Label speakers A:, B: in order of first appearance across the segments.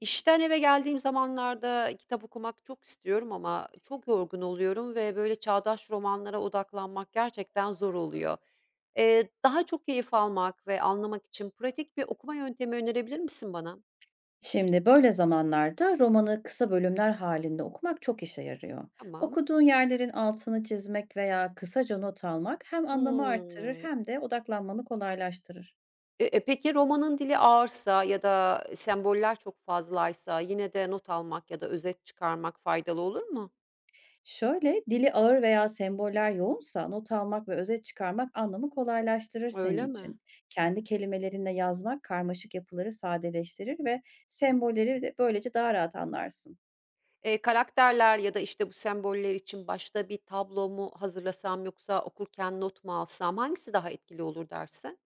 A: İşten eve geldiğim zamanlarda kitap okumak çok istiyorum ama çok yorgun oluyorum ve böyle çağdaş romanlara odaklanmak gerçekten zor oluyor. Daha çok keyif almak ve anlamak için pratik bir okuma yöntemi önerebilir misin bana?
B: Şimdi böyle zamanlarda romanı kısa bölümler halinde okumak çok işe yarıyor.
A: Tamam.
B: Okuduğun yerlerin altını çizmek veya kısaca not almak hem anlamı arttırır
A: Hımm.
B: hem de odaklanmanı kolaylaştırır.
A: Peki romanın dili ağırsa ya da semboller çok fazlaysa yine de not almak ya da özet çıkarmak faydalı olur mu?
B: Şöyle dili ağır veya semboller yoğunsa not almak ve özet çıkarmak anlamı kolaylaştırır senin
A: Öyle mi?
B: için. Kendi kelimelerinle yazmak karmaşık yapıları sadeleştirir ve sembolleri de böylece daha rahat anlarsın.
A: Karakterler ya da, işte, bu semboller için başta bir tablo mu hazırlasam yoksa okurken not mu alsam hangisi daha etkili olur dersin?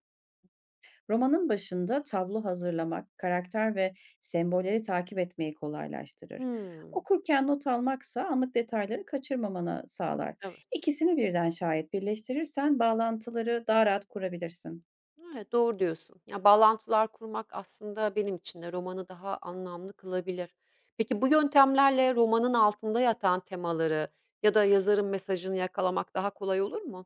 B: Romanın başında tablo hazırlamak, karakter ve sembolleri takip etmeyi kolaylaştırır.
A: Hımm,
B: Okurken not almaksa anlık detayları kaçırmamanı sağlar.
A: evet.
B: İkisini birden şayet birleştirirsen bağlantıları daha rahat kurabilirsin.
A: Evet, doğru diyorsun. Ya, bağlantılar kurmak aslında benim için de romanı daha anlamlı kılabilir. Peki bu yöntemlerle romanın altında yatan temaları ya da yazarın mesajını yakalamak daha kolay olur mu?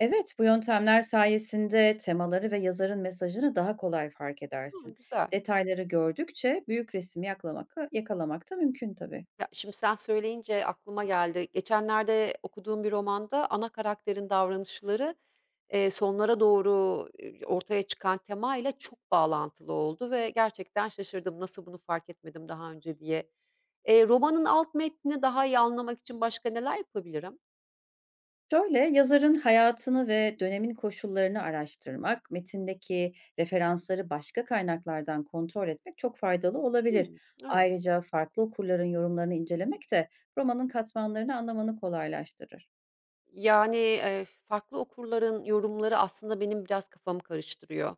B: Evet, bu yöntemler sayesinde temaları ve yazarın mesajını daha kolay fark
A: Hıı,
B: edersin.
A: güzel.
B: Detayları gördükçe büyük resmi yakalamak da mümkün tabii.
A: Ya, şimdi sen söyleyince aklıma geldi. Geçenlerde okuduğum bir romanda ana karakterin davranışları, sonlara doğru, ortaya çıkan temayla çok bağlantılı oldu ve gerçekten şaşırdım. Nasıl bunu fark etmedim daha önce diye. Romanın alt metnini daha iyi anlamak için başka neler yapabilirim?
B: Şöyle, yazarın hayatını ve dönemin koşullarını araştırmak, metindeki referansları başka kaynaklardan kontrol etmek çok faydalı olabilir.
A: Hımm, evet.
B: Ayrıca farklı okurların yorumlarını incelemek de romanın katmanlarını anlamanı kolaylaştırır.
A: Yani, farklı okurların yorumları aslında benim biraz kafamı karıştırıyor.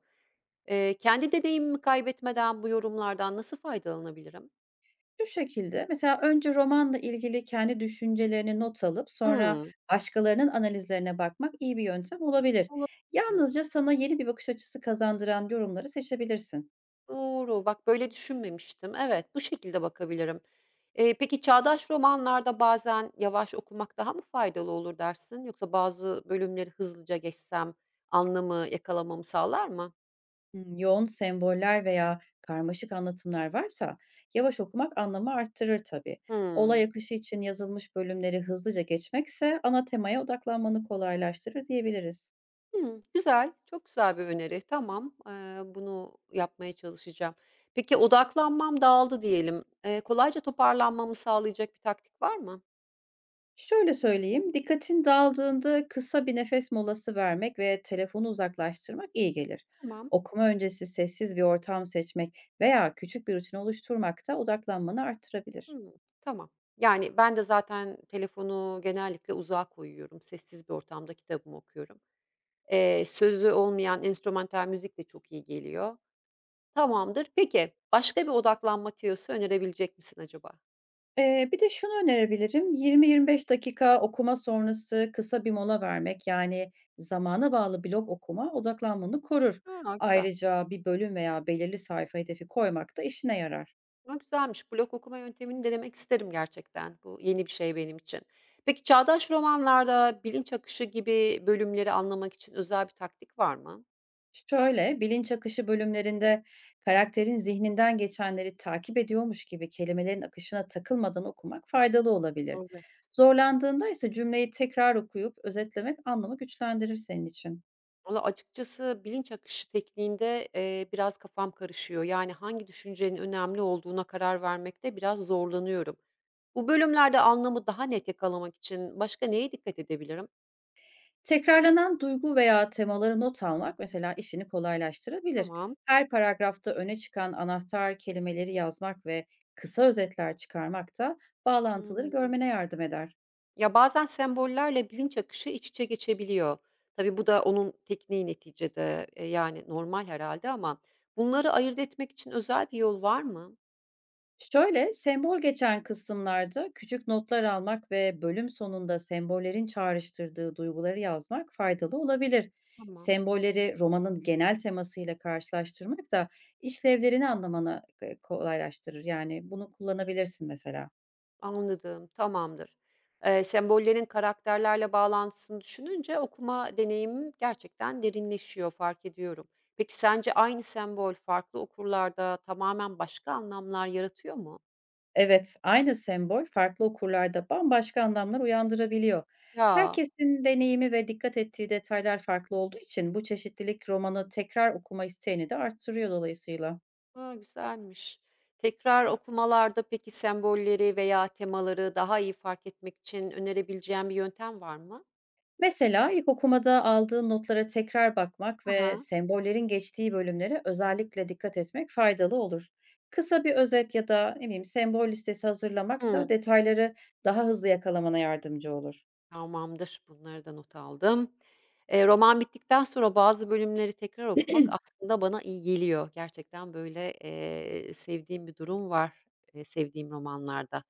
A: Kendi deneyimimi kaybetmeden bu yorumlardan nasıl faydalanabilirim?
B: Şu şekilde, mesela önce romanla ilgili kendi düşüncelerini not alıp sonra
A: Hımm.
B: başkalarının analizlerine bakmak iyi bir yöntem olabilir.
A: Olabilir.
B: Yalnızca sana yeni bir bakış açısı kazandıran yorumları seçebilirsin.
A: Doğru, bak böyle düşünmemiştim. Evet, bu şekilde bakabilirim. Peki çağdaş romanlarda bazen yavaş okumak daha mı faydalı olur dersin? Yoksa bazı bölümleri hızlıca geçsem anlamı yakalamamı sağlar mı?
B: Hımm, yoğun semboller veya karmaşık anlatımlar varsa yavaş okumak anlamı arttırır tabii. Olay
A: Hımm.
B: akışı için yazılmış bölümleri hızlıca geçmekse ana temaya odaklanmanı kolaylaştırır diyebiliriz.
A: Hımm, güzel, çok güzel bir öneri. Tamam, bunu yapmaya çalışacağım. Peki odaklanmam dağıldı diyelim. Kolayca toparlanmamı sağlayacak bir taktik var mı?
B: Şöyle söyleyeyim, dikkatin daldığında kısa bir nefes molası vermek ve telefonu uzaklaştırmak iyi gelir.
A: Tamam.
B: Okuma öncesi sessiz bir ortam seçmek veya küçük bir rutin oluşturmak da odaklanmanı arttırabilir.
A: Hımm, tamam. Yani, ben de zaten telefonu genellikle uzağa koyuyorum. Sessiz bir ortamda kitabımı okuyorum. Sözü olmayan enstrümantal müzik de çok iyi geliyor. Tamamdır. Peki, başka bir odaklanma tüyosu önerebilecek misin acaba?
B: Bir de şunu önerebilirim, 20-25 dakika okuma sonrası kısa bir mola vermek, yani, zamana bağlı blok okuma odaklanmanı korur.
A: A, güzel.
B: Ayrıca bir bölüm veya belirli sayfa hedefi koymak da işine yarar.
A: A, güzelmiş. Blog okuma yöntemini denemek isterim gerçekten. Bu yeni bir şey benim için. Peki çağdaş romanlarda bilinç akışı gibi bölümleri anlamak için özel bir taktik var mı?
B: Şöyle, bilinç akışı bölümlerinde karakterin zihninden geçenleri takip ediyormuş gibi kelimelerin akışına takılmadan okumak faydalı olabilir.
A: Evet.
B: Zorlandığında ise cümleyi tekrar okuyup özetlemek anlamı güçlendirir senin için.
A: Valla açıkçası bilinç akışı tekniğinde, biraz kafam karışıyor. Yani hangi düşüncenin önemli olduğuna karar vermekte biraz zorlanıyorum. Bu bölümlerde anlamı daha net yakalamak için başka neye dikkat edebilirim?
B: Tekrarlanan duygu veya temaları not almak mesela işini kolaylaştırabilir.
A: Tamam.
B: Her paragrafta öne çıkan anahtar kelimeleri yazmak ve kısa özetler çıkarmak da bağlantıları
A: Hımm.
B: görmene yardım eder.
A: Ya, bazen sembollerle bilinç akışı iç içe geçebiliyor. Tabii bu da onun tekniği neticede, yani normal herhalde ama bunları ayırt etmek için özel bir yol var mı?
B: Şöyle, sembol geçen kısımlarda küçük notlar almak ve bölüm sonunda sembollerin çağrıştırdığı duyguları yazmak faydalı olabilir.
A: Tamam.
B: Sembolleri romanın genel temasıyla karşılaştırmak da işlevlerini anlamanı kolaylaştırır. Yani bunu kullanabilirsin mesela.
A: Anladım, tamamdır. Sembollerin karakterlerle bağlantısını düşününce okuma deneyimim gerçekten derinleşiyor, fark ediyorum. Peki sence aynı sembol farklı okurlarda tamamen başka anlamlar yaratıyor mu?
B: Evet, aynı sembol farklı okurlarda bambaşka anlamlar uyandırabiliyor.
A: Ya,
B: Herkesin deneyimi ve dikkat ettiği detaylar farklı olduğu için bu çeşitlilik romanı tekrar okuma isteğini de arttırıyor dolayısıyla.
A: ha, güzelmiş. Tekrar okumalarda peki sembolleri veya temaları daha iyi fark etmek için önerebileceğim bir yöntem var mı?
B: Mesela ilk okumada aldığın notlara tekrar bakmak ve
A: Aha.
B: sembollerin geçtiği bölümlere özellikle dikkat etmek faydalı olur. Kısa bir özet ya da ne bileyim sembol listesi hazırlamak da
A: Hı.
B: detayları daha hızlı yakalamana yardımcı olur.
A: Tamamdır. Bunları da not aldım. Roman bittikten sonra bazı bölümleri tekrar okumak aslında bana iyi geliyor. Gerçekten, böyle, sevdiğim bir durum var, sevdiğim romanlarda.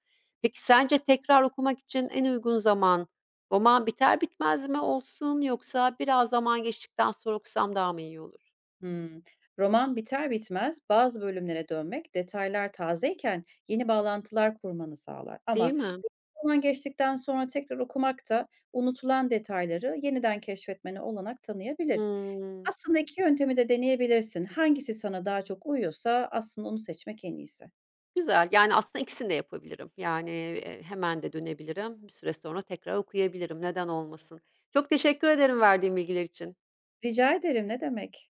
A: Peki sence tekrar okumak için en uygun zaman roman biter bitmez mi olsun yoksa biraz zaman geçtikten sonra okusam daha mı iyi olur?
B: Hımm. Roman biter bitmez bazı bölümlere dönmek detaylar tazeyken yeni bağlantılar kurmanı sağlar
A: Değil
B: ama
A: mi?
B: roman geçtikten sonra tekrar okumak da unutulan detayları yeniden keşfetmene olanak tanıyabilir.
A: Hıı.
B: Aslında 2 yöntemi de deneyebilirsin. Hangisi sana daha çok uyuyorsa aslında onu seçmek en iyisi.
A: Güzel. Yani, aslında ikisini de yapabilirim. Yani, hemen de dönebilirim. Bir süre sonra tekrar okuyabilirim. Neden olmasın? Çok teşekkür ederim verdiğin bilgiler için.
B: Rica ederim, ne demek.